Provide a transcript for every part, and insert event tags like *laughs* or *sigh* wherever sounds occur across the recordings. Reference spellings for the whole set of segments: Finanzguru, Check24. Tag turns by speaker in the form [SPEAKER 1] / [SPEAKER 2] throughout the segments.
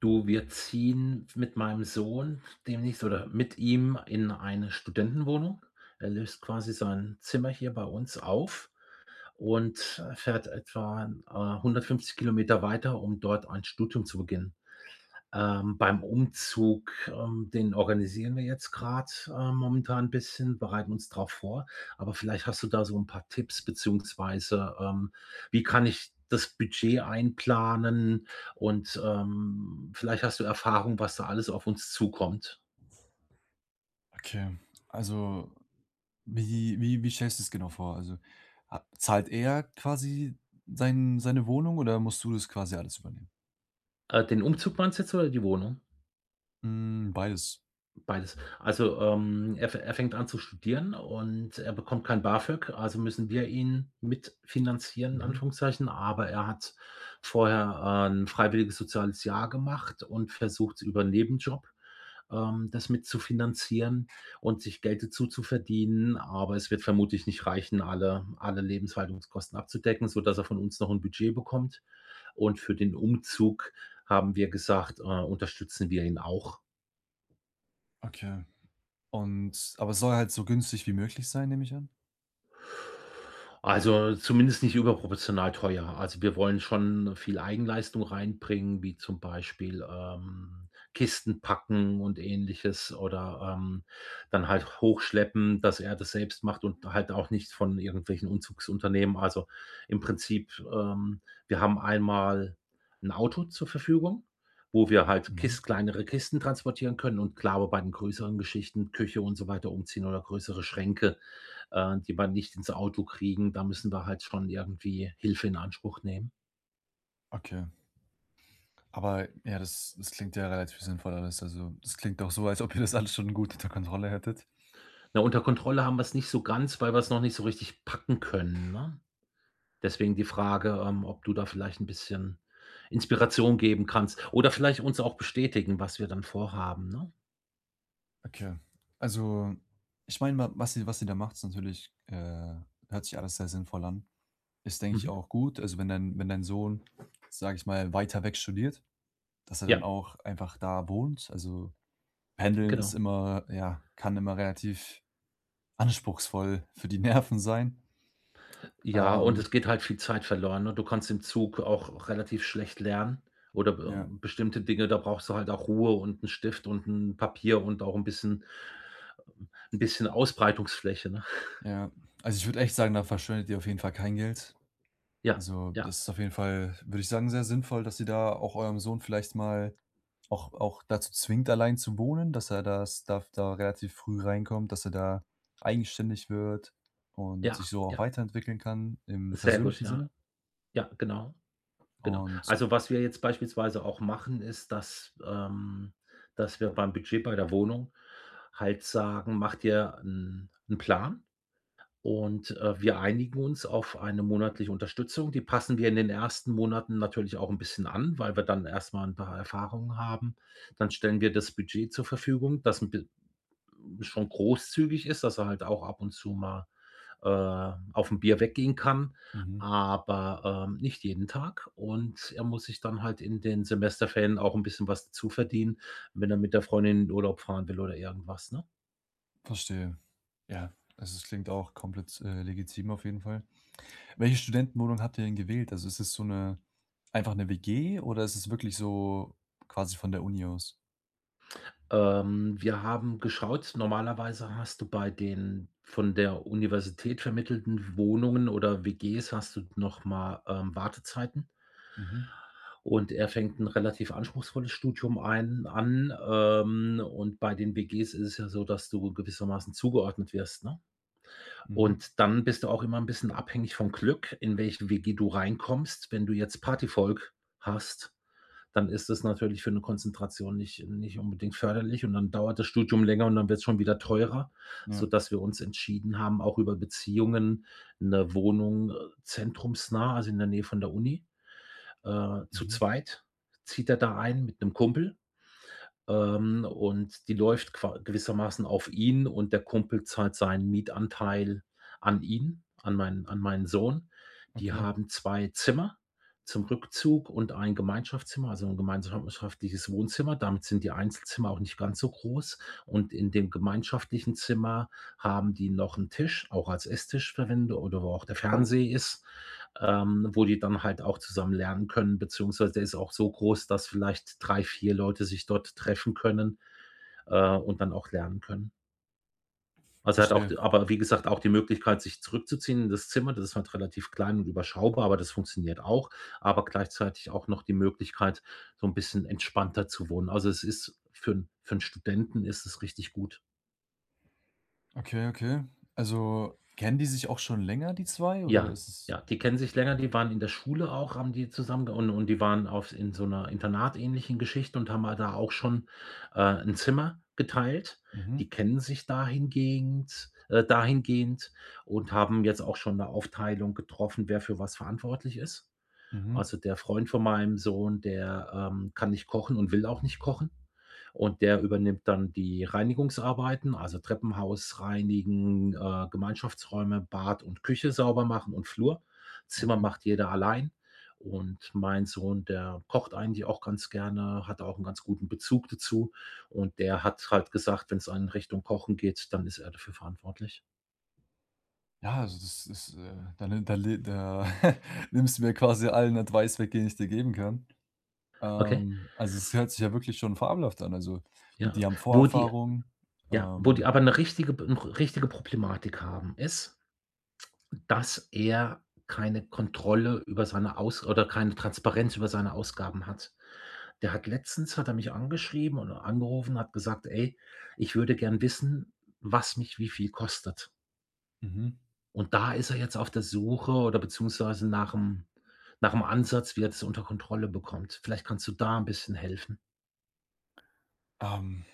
[SPEAKER 1] Du, wir ziehen mit meinem Sohn demnächst oder mit ihm in eine Studentenwohnung. Er löst quasi sein Zimmer hier bei uns auf und, fährt etwa, 150 Kilometer weiter, um dort ein Studium zu beginnen. Beim Umzug, den organisieren wir jetzt gerade momentan ein bisschen, bereiten uns darauf vor. Aber vielleicht hast du da so ein paar Tipps beziehungsweise, wie kann ich das Budget einplanen? Und, vielleicht hast du Erfahrung, was da alles auf uns zukommt.
[SPEAKER 2] Okay, also wie stellst du es genau vor? Also, ha zahlt er quasi seine Wohnung oder musst du das quasi alles übernehmen?
[SPEAKER 1] Den Umzug meinst du jetzt oder die Wohnung?
[SPEAKER 2] Hm, beides.
[SPEAKER 1] Beides. Also, er fängt an zu studieren und er bekommt kein BAföG, also müssen wir ihn mitfinanzieren in
[SPEAKER 2] Mhm,
[SPEAKER 1] Anführungszeichen, aber er hat vorher, 'n freiwilliges soziales Jahr gemacht und versucht über 'n Nebenjob, das mitzufinanzieren und sich Geld dazu zu verdienen, aber es wird vermutlich nicht reichen, alle Lebenshaltungskosten abzudecken, sodass er von uns noch ein Budget bekommt. Und für den Umzug haben wir gesagt, unterstützen wir ihn auch.
[SPEAKER 2] okay. Und aber es soll halt so günstig wie möglich sein, nehme ich an?
[SPEAKER 1] Also, zumindest nicht überproportional teuer. Also, wir wollen schon viel Eigenleistung reinbringen, wie zum Beispiel, Kisten packen und Ähnliches oder, dann halt hochschleppen, dass er das selbst macht und halt auch nicht von irgendwelchen Umzugsunternehmen. Also, im Prinzip, wir haben einmal ein Auto zur Verfügung, wo wir halt
[SPEAKER 2] Mhm,
[SPEAKER 1] Kis kleinere Kisten transportieren können und klar, aber bei den größeren Geschichten, Küche und so weiter, umziehen oder größere Schränke, die wir nicht ins Auto kriegen. Da müssen wir halt schon irgendwie Hilfe in Anspruch nehmen.
[SPEAKER 2] okay. Aber ja, das klingt ja relativ sinnvoll alles. Also, das klingt doch so, als ob ihr das alles schon gut unter Kontrolle hättet.
[SPEAKER 1] Na, unter Kontrolle haben wir es nicht so ganz, weil wir es noch nicht so richtig packen können, ne? Deswegen die Frage, ob du da vielleicht ein bisschen Inspiration geben kannst oder vielleicht uns auch bestätigen, was wir dann vorhaben, ne?
[SPEAKER 2] Okay. Also, ich meine, wa was sie da macht, ist natürlich hört sich alles sehr sinnvoll an. Ist, denke ich,
[SPEAKER 1] Mhm.
[SPEAKER 2] auch gut. Also, wenn dein Sohn, sage ich mal, weiter weg studiert, dass er dann
[SPEAKER 1] Ja,
[SPEAKER 2] auch einfach da wohnt. Also, Pendeln
[SPEAKER 1] genau.
[SPEAKER 2] ist immer ja, kann immer relativ anspruchsvoll für die Nerven sein.
[SPEAKER 1] Ja, und
[SPEAKER 2] Ähm,
[SPEAKER 1] es geht halt viel Zeit verloren, ne? Du kannst im Zug auch relativ schlecht lernen oder be
[SPEAKER 2] ja,
[SPEAKER 1] bestimmte Dinge, da brauchst du halt auch Ruhe und einen Stift und ein Papier und auch ein bisschen 'n bisschen Ausbreitungsfläche, ne?
[SPEAKER 2] ja. Also, ich würde echt sagen, da verschwendet ihr auf jeden Fall kein Geld.
[SPEAKER 1] Ja,
[SPEAKER 2] Also,
[SPEAKER 1] ja,
[SPEAKER 2] das ist auf jeden Fall, würde ich sagen, sehr sinnvoll, dass ihr da auch eurem Sohn vielleicht mal auch dazu zwingt, allein zu wohnen, dass er das da relativ früh reinkommt, dass er da eigenständig wird und sich
[SPEAKER 1] ja,
[SPEAKER 2] so auch
[SPEAKER 1] ja,
[SPEAKER 2] weiterentwickeln kann im
[SPEAKER 1] sehr gut,
[SPEAKER 2] persönlichen
[SPEAKER 1] ja.
[SPEAKER 2] Sinne.
[SPEAKER 1] Ja, genau, genau.
[SPEAKER 2] Und
[SPEAKER 1] Also, was wir jetzt beispielsweise auch machen, ist, dass wir beim Budget bei der Wohnung halt sagen: „Mach dir 'n Plan und, wir einigen uns auf eine monatliche Unterstützung." Die passen wir in den ersten Monaten natürlich auch 'n bisschen an, weil wir dann erst mal 'n paar Erfahrungen haben. Dann stellen wir das Budget zur Verfügung, das 'n bi schon großzügig ist, dass er halt auch ab und zu mal äh, auf ein Bier weggehen kann,
[SPEAKER 2] mhm,
[SPEAKER 1] aber, nicht jeden Tag. Und er muss sich dann halt in den Semesterferien auch ein bisschen was dazu verdienen, wenn er mit der Freundin in den Urlaub fahren will oder irgendwas, ne?
[SPEAKER 2] verstehe. Ja, also, es klingt auch komplett, legitim auf jeden Fall. Welche Studentenwohnung habt ihr denn gewählt? Also, ist es so eine einfach 'ne WG oder ist es wirklich so quasi von der Uni aus?
[SPEAKER 1] Wir haben geschaut, normalerweise hast du bei den von der Universität vermittelten Wohnungen oder WGs hast du noch mal, Wartezeiten
[SPEAKER 2] Mhm,
[SPEAKER 1] und er fängt ein relativ anspruchsvolles Studium ein an, und bei den WGs ist es ja so, dass du gewissermaßen zugeordnet wirst, ne?
[SPEAKER 2] mhm,
[SPEAKER 1] Und dann bist du auch immer ein bisschen abhängig vom Glück, in welche WG du reinkommst. Wenn du jetzt Partyvolk hast, dann ist es natürlich für eine Konzentration nicht unbedingt förderlich und dann dauert das Studium länger und dann wird es schon wieder teurer,
[SPEAKER 2] ja,
[SPEAKER 1] sodass wir uns entschieden haben, auch über Beziehungen eine Wohnung, zentrumsnah, also in der Nähe von der Uni, zu
[SPEAKER 2] mhm,
[SPEAKER 1] zweit zieht er da ein mit einem Kumpel, und die läuft qua gewissermaßen auf ihn und der Kumpel zahlt seinen Mietanteil an ihn, an meinen Sohn. Die
[SPEAKER 2] okay,
[SPEAKER 1] haben 2 Zimmer zum Rückzug und ein Gemeinschaftszimmer, also ein gemeinschaftliches Wohnzimmer. Damit sind die Einzelzimmer auch nicht ganz so groß. Und in dem gemeinschaftlichen Zimmer haben die noch einen Tisch, auch als Esstisch verwendet oder wo auch der Fernseher ist, wo die dann halt auch zusammen lernen können, beziehungsweise der ist auch so groß, dass vielleicht 3, 4 Leute sich dort treffen können, und dann auch lernen können. Also, er hat auch
[SPEAKER 2] verstehe.
[SPEAKER 1] d aber wie gesagt, auch die Möglichkeit, sich zurückzuziehen in das Zimmer. Das ist halt relativ klein und überschaubar, aber das funktioniert auch. Aber gleichzeitig auch noch die Möglichkeit, so ein bisschen entspannter zu wohnen. Also, es ist für 'n Studenten ist es richtig gut.
[SPEAKER 2] Okay, okay. Also, kennen die sich auch schon länger, die 2 oder
[SPEAKER 1] Ja,
[SPEAKER 2] ist es
[SPEAKER 1] ja, die kennen sich länger, die waren in der Schule auch, haben die zusammen und die waren auf in so 'ner internatähnlichen Geschichte und haben halt da auch schon, 'n Zimmer geteilt.
[SPEAKER 2] mhm,
[SPEAKER 1] Die kennen sich dahingehend und haben jetzt auch schon 'ne Aufteilung getroffen, wer für was verantwortlich ist.
[SPEAKER 2] mhm,
[SPEAKER 1] Also, der Freund von meinem Sohn, der, kann nicht kochen und will auch nicht kochen. Und der übernimmt dann die Reinigungsarbeiten, also Treppenhaus reinigen, Gemeinschaftsräume, Bad und Küche sauber machen und Flur. Zimmer
[SPEAKER 2] okay.
[SPEAKER 1] macht jeder allein. Und mein Sohn, der kocht eigentlich auch ganz gerne, hat auch einen ganz guten Bezug dazu. Und der hat halt gesagt, wenn es in Richtung Kochen geht, dann ist er dafür verantwortlich.
[SPEAKER 2] Ja, also das ist, da ni da le da *laughs* nimmst du mir quasi allen Advice weg, den ich dir geben kann.
[SPEAKER 1] Okay,
[SPEAKER 2] Also, es hört sich ja wirklich schon fabelhaft an. Also, die
[SPEAKER 1] ja.
[SPEAKER 2] haben
[SPEAKER 1] Wo die
[SPEAKER 2] Vorerfahrung,
[SPEAKER 1] Ja, wo die
[SPEAKER 2] ähm,
[SPEAKER 1] aber eine richtige 'n richtige Problematik haben, ist, dass er keine Kontrolle über seine Aus oder keine Transparenz über seine Ausgaben hat. Der hat letztens hat er mich angeschrieben oder angerufen, hat gesagt: „Ey, ich würde gern wissen, was mich wie viel kostet."
[SPEAKER 2] mhm.
[SPEAKER 1] Und da ist er jetzt auf der Suche oder beziehungsweise nach 'm Ansatz, wie er das unter Kontrolle bekommt. Vielleicht kannst du da 'n bisschen helfen.
[SPEAKER 2] Ähm,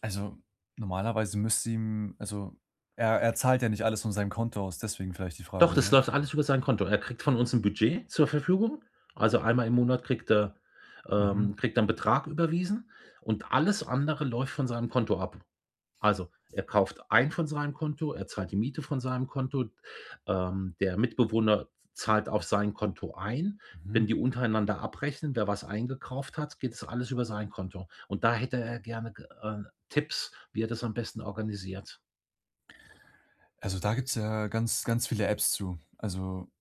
[SPEAKER 2] also, normalerweise müsste ihm er zahlt ja nicht alles von seinem Konto aus, deswegen vielleicht die
[SPEAKER 1] Doch,
[SPEAKER 2] Frage,
[SPEAKER 1] das
[SPEAKER 2] oder?
[SPEAKER 1] läuft alles über sein Konto. Er kriegt von uns 'n Budget zur Verfügung. Also, einmal im Monat
[SPEAKER 2] Mhm,
[SPEAKER 1] kriegt er 'n Betrag überwiesen und alles andere läuft von seinem Konto ab. Also, er kauft ein von seinem Konto, er zahlt die Miete von seinem Konto, der Mitbewohner zahlt auf sein Konto ein. Wenn
[SPEAKER 2] mhm.
[SPEAKER 1] die untereinander abrechnen, wer was eingekauft hat, geht das alles über sein Konto. Und da hätte er gerne g Tipps, wie er das am besten organisiert.
[SPEAKER 2] Also, da gibt's ja ganz viele Apps zu. Also,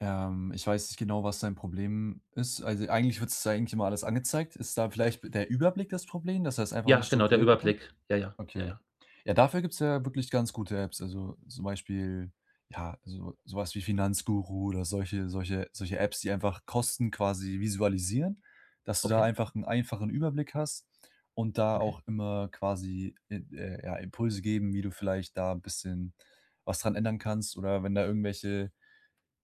[SPEAKER 2] ich weiß nicht genau, was dein Problem ist. Also, eigentlich wird's da eigentlich immer alles angezeigt. Ist da vielleicht der Überblick das Problem, dass er es einfach
[SPEAKER 1] Ja,
[SPEAKER 2] nicht
[SPEAKER 1] genau, der
[SPEAKER 2] strukturiert bekommt?
[SPEAKER 1] Überblick. Ja, ja, ja,
[SPEAKER 2] Okay.
[SPEAKER 1] ja.
[SPEAKER 2] Ja, dafür gibt's ja wirklich ganz gute Apps. Also, zum Beispiel, ja, so sowas wie Finanzguru oder solche Apps, die einfach Kosten quasi visualisieren, dass du da
[SPEAKER 1] Okay,
[SPEAKER 2] einfach einen einfachen Überblick hast und da
[SPEAKER 1] okay.
[SPEAKER 2] auch immer quasi, ja, Impulse geben, wie du vielleicht da ein bisschen was dran ändern kannst oder wenn da irgendwelche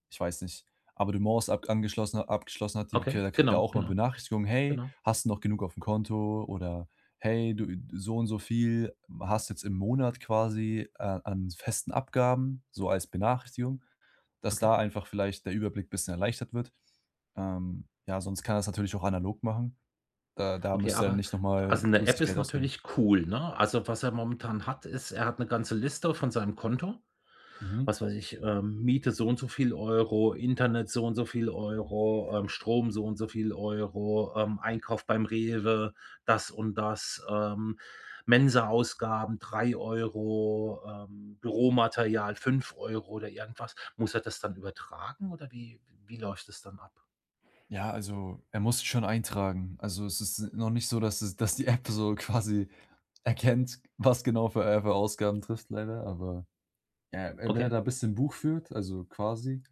[SPEAKER 2] ich weiß nicht, Abonnements ab angeschlossen abgeschlossen hat, die
[SPEAKER 1] Okay,
[SPEAKER 2] k da kriegt er
[SPEAKER 1] genau,
[SPEAKER 2] auch immer
[SPEAKER 1] genau,
[SPEAKER 2] Benachrichtigungen: „Hey,
[SPEAKER 1] genau.
[SPEAKER 2] hast du noch genug aufm Konto?“ oder „Hey, du so und so viel hast jetzt im Monat quasi a an festen Abgaben“, so als Benachrichtigung, dass
[SPEAKER 1] Okay.
[SPEAKER 2] da einfach vielleicht der Überblick bisschen erleichtert wird. Ja, sonst kann er's natürlich auch analog machen. Da
[SPEAKER 1] Okay,
[SPEAKER 2] müsst ihr dann
[SPEAKER 1] aber
[SPEAKER 2] nicht noch mal
[SPEAKER 1] also 'ne App
[SPEAKER 2] zusätzlich
[SPEAKER 1] ist
[SPEAKER 2] Geld ausgeben.
[SPEAKER 1] natürlich cool, ne? Also, was er momentan hat, ist, er hat 'ne ganze Liste von seinem Konto.
[SPEAKER 2] Mhm.
[SPEAKER 1] Was weiß ich, Miete so und so viel Euro, Internet so und so viel Euro, Strom so und so viel Euro, Einkauf beim Rewe, das und das, Mensaausgaben 3 Euro, Büromaterial 5 Euro oder irgendwas. Muss er das dann übertragen oder wie läuft das dann ab?
[SPEAKER 2] Ja, also, er muss sich schon eintragen. Also, es ist noch nicht so, dass die App so quasi erkennt, was genau für Ausgaben trifft leider, aber ja, wenn er
[SPEAKER 1] Okay,
[SPEAKER 2] da ein bisschen Buch führt, also quasi,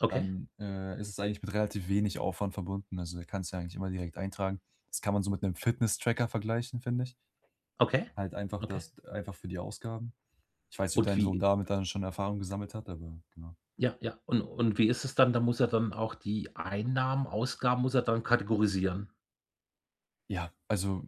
[SPEAKER 1] okay.
[SPEAKER 2] dann, ist es eigentlich mit relativ wenig Aufwand verbunden. Also, er kann's ja eigentlich immer direkt eintragen. Das kann man so mit einem Fitness-Tracker vergleichen, finde ich.
[SPEAKER 1] Okay,
[SPEAKER 2] Halt einfach
[SPEAKER 1] okay.
[SPEAKER 2] das einfach für die Ausgaben. Ich weiß nicht, ob
[SPEAKER 1] Und
[SPEAKER 2] dein Sohn
[SPEAKER 1] wie
[SPEAKER 2] damit dann schon Erfahrung gesammelt hat, aber genau.
[SPEAKER 1] Ja, ja. Und wie ist es dann? Da muss er dann auch die Einnahmen, Ausgaben muss er dann kategorisieren.
[SPEAKER 2] Ja, also,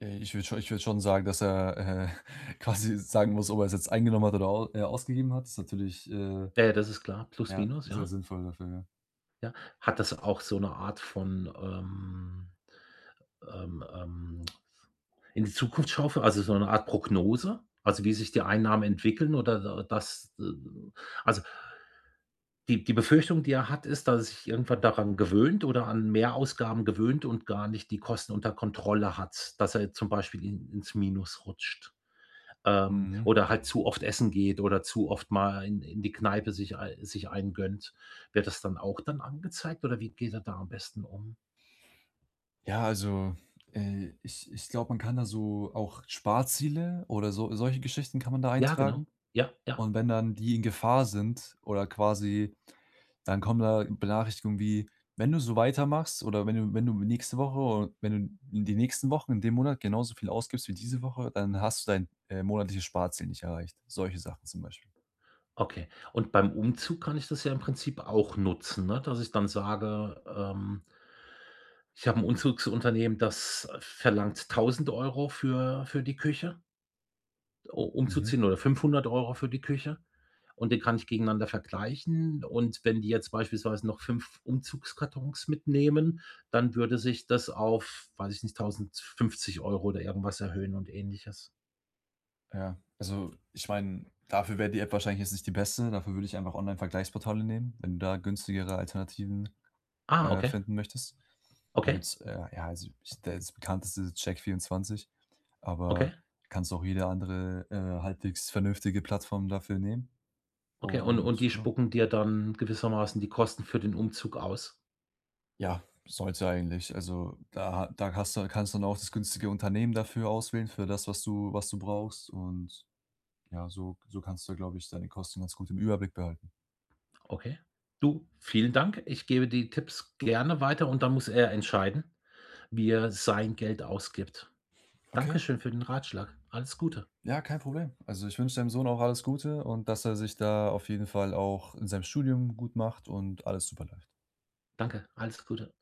[SPEAKER 2] ich würde schon sagen, dass er, *laughs* quasi sagen muss, ob er es jetzt eingenommen hat oder au ausgegeben hat. Ist natürlich,
[SPEAKER 1] Ja, ja, das ist klar. Plus,
[SPEAKER 2] ja,
[SPEAKER 1] minus,
[SPEAKER 2] sehr
[SPEAKER 1] ja,
[SPEAKER 2] sinnvoll dafür, ja.
[SPEAKER 1] ja. Hat das auch so eine Art von, ähm, ähm, in die Zukunft schaufeln, also so eine Art Prognose? Also, wie sich die Einnahmen entwickeln oder da das, also die Befürchtung, die er hat, ist, dass er sich irgendwann daran gewöhnt oder an Mehrausgaben gewöhnt und gar nicht die Kosten unter Kontrolle hat, dass er zum Beispiel in ins Minus rutscht,
[SPEAKER 2] Mhm.
[SPEAKER 1] oder halt zu oft essen geht oder zu oft mal in die Kneipe sich eingönnt. Wird das dann auch dann angezeigt oder wie geht er da am besten um?
[SPEAKER 2] Ja, also, ich glaube, man kann da so auch Sparziele oder so solche Geschichten kann man da
[SPEAKER 1] Ja,
[SPEAKER 2] eintragen.
[SPEAKER 1] genau. Ja, ja.
[SPEAKER 2] Und wenn dann die in Gefahr sind oder quasi dann kommen da Benachrichtigungen wie: „Wenn du so weitermachst oder wenn du nächste Woche oder wenn du in die nächsten Wochen in dem Monat genauso viel ausgibst wie diese Woche, dann hast du dein, monatliches Sparziel nicht erreicht.“ Solche Sachen zum Beispiel.
[SPEAKER 1] Okay. Und beim Umzug kann ich das ja im Prinzip auch nutzen, ne? Dass ich dann sage, ich habe ein Umzugsunternehmen, das verlangt 1.000 Euro für die Küche, u
[SPEAKER 2] Mhm.
[SPEAKER 1] umzuziehen oder 500 Euro für die Küche. Und den kann ich gegeneinander vergleichen. Und wenn die jetzt beispielsweise noch 5 Umzugskartons mitnehmen, dann würde sich das auf, weiß ich nicht, 1.050 Euro oder irgendwas erhöhen und Ähnliches.
[SPEAKER 2] Ja, also, ich meine, dafür wäre die App wahrscheinlich jetzt nicht die beste. Dafür würde ich einfach Online-Vergleichsportale nehmen, wenn du da günstigere Alternativen,
[SPEAKER 1] Ah, okay,
[SPEAKER 2] finden möchtest. Da
[SPEAKER 1] okay,
[SPEAKER 2] gibt's, ja, also, ich der das bekannteste ist Check24, aber
[SPEAKER 1] okay.
[SPEAKER 2] kannst auch jede andere, halbwegs vernünftige Plattform dafür nehmen.
[SPEAKER 1] Okay, und
[SPEAKER 2] Und
[SPEAKER 1] und die
[SPEAKER 2] genau.
[SPEAKER 1] spucken dir dann gewissermaßen die Kosten für den Umzug aus?
[SPEAKER 2] Ja, sollte eigentlich. Also, da hast du kannst du dann auch das günstige Unternehmen dafür auswählen, für das, was du brauchst. Und ja, so kannst du, glaube ich, deine Kosten ganz gut im Überblick behalten.
[SPEAKER 1] Okay. Du, vielen Dank. Ich gebe die Tipps gerne weiter und dann muss er entscheiden, wie er sein Geld ausgibt.
[SPEAKER 2] Okay.
[SPEAKER 1] Dankeschön für den Ratschlag. Alles Gute.
[SPEAKER 2] Ja, kein Problem. Also, ich wünsche deinem Sohn auch alles Gute und dass er sich da auf jeden Fall auch in seinem Studium gut macht und alles super läuft.
[SPEAKER 1] Danke, alles Gute.